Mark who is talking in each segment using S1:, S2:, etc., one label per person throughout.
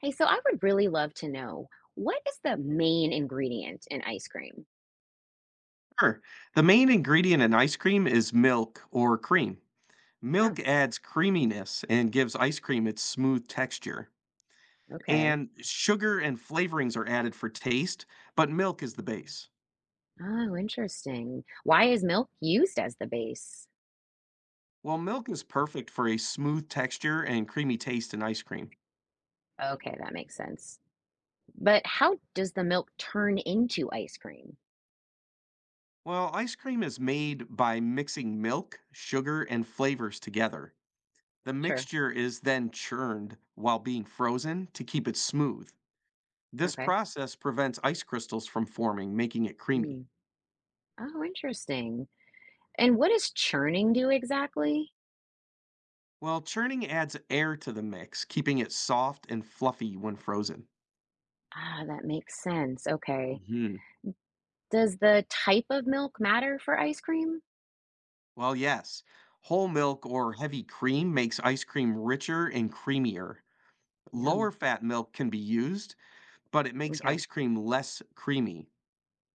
S1: Hey, so I would really love to know what is the main ingredient in ice cream?
S2: Sure. The main ingredient in ice cream is milk or cream.
S1: Oh,
S2: Milk adds creaminess and gives ice cream its smooth texture.
S1: okay.
S2: And sugar and flavorings are added for taste, but milk is the base.
S1: Oh, interesting. Why is milk used as the base?
S2: Well, milk is perfect for a smooth texture and creamy taste in ice cream.
S1: Okay, that makes sense. But how does the milk turn into ice cream?
S2: Well, ice cream is made by mixing milk, sugar, and flavors together. The
S1: Sure.
S2: mixture is then churned while being frozen to keep it smooth. This
S1: Okay.
S2: process prevents ice crystals from forming, making it creamy.
S1: Hmm. Oh, interesting. And what does churning do exactly?
S2: While churning adds air to the mix, keeping it soft and fluffy when frozen.
S1: Ah, that makes sense. Okay.
S2: hmm
S1: Does the type of milk matter for ice cream?
S2: Well, yes, whole milk or heavy cream makes ice cream richer and creamier.
S1: Yum.
S2: Lower fat milk can be used, but it makes
S1: Okay.
S2: ice cream less creamy.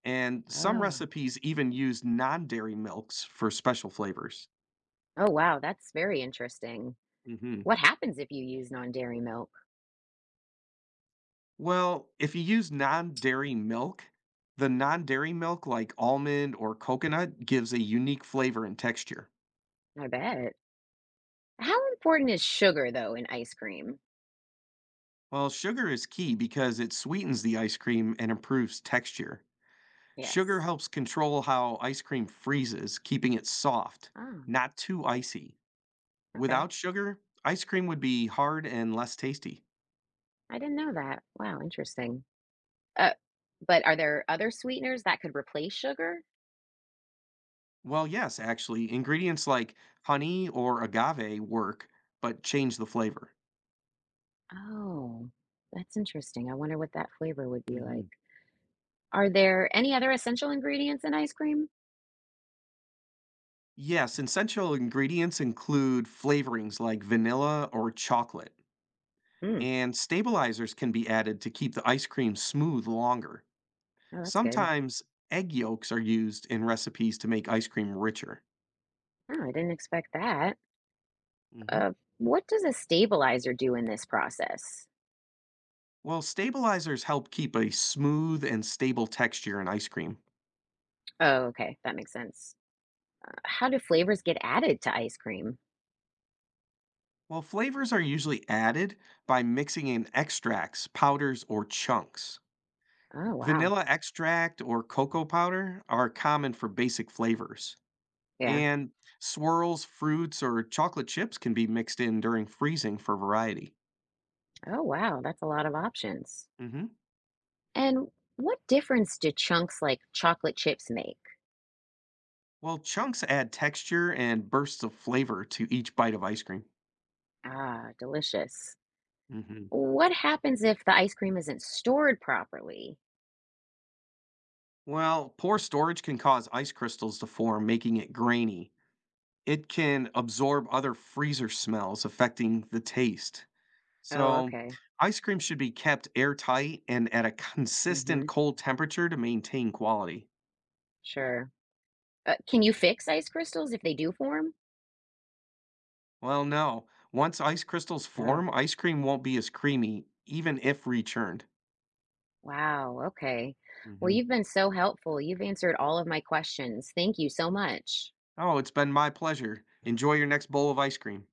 S2: And some
S1: Oh.
S2: recipes even use non dairy milks for special flavors.
S1: Oh, wow. That's very interesting.
S2: hmm
S1: What happens if you use non-dairy milk?
S2: Well, if you use non-dairy milk, the non-dairy milk like almond or coconut gives a unique flavor and texture.
S1: I bet. How important is sugar though in ice cream?
S2: Well, sugar is key because it sweetens the ice cream and improves texture. Sugar
S1: Yes.
S2: helps control how ice cream freezes, keeping it soft,
S1: Oh,
S2: not too icy.
S1: okay.
S2: Without sugar, ice cream would be hard and less tasty.
S1: I didn't know that. Wow, interesting. Uh, but are there other sweeteners that could replace sugar?
S2: Well, yes, actually, ingredients like honey or agave work, but change the flavor.
S1: Oh, that's interesting. I wonder what that flavor would be like.
S2: Mhm.
S1: Are there any other essential ingredients in ice cream?
S2: Yes, essential ingredients include flavorings like vanilla or chocolate,
S1: Hmm.
S2: and stabilizers can be added to keep the ice cream smooth longer.
S1: Oh, that's good.
S2: Sometimes egg yolks are used in recipes to make ice cream richer.
S1: Oh, I didn't expect that.
S2: Mhm.
S1: Uh, what does a stabilizer do in this process?
S2: Well, stabilizers help keep a smooth and stable texture in ice cream.
S1: Oh, okay. That makes sense. How do flavors get added to ice cream?
S2: Well, flavors are usually added by mixing in extracts, powders, or chunks.
S1: Oh, wow.
S2: Vanilla extract or cocoa powder are common for basic flavors.
S1: Yeah.
S2: And swirls, fruits, or chocolate chips can be mixed in during freezing for variety.
S1: Oh, wow. That's a lot of options.
S2: hmm
S1: And what difference do chunks like chocolate chips make?
S2: Well, chunks add texture and bursts of flavor to each bite of ice cream.
S1: Ah, delicious.
S2: hmm
S1: What happens if the ice cream isn't stored properly?
S2: Well, poor storage can cause ice crystals to form, making it grainy. It can absorb other freezer smells, affecting the taste.
S1: Oh,
S2: So,
S1: okay.
S2: ice cream should be kept airtight and at a
S1: Mm-hmm.
S2: consistent cold temperature to maintain quality.
S1: Sure. Can you fix ice crystals if they do form?
S2: Well, no. Once ice crystals
S1: Oh,
S2: form, ice cream won't be as creamy, even if rechurned.
S1: wow. Okay. Well,
S2: hmm
S1: you've been so helpful. You've answered all of my questions. Thank you so much.
S2: Oh, it's been my pleasure. Enjoy your next bowl of ice cream.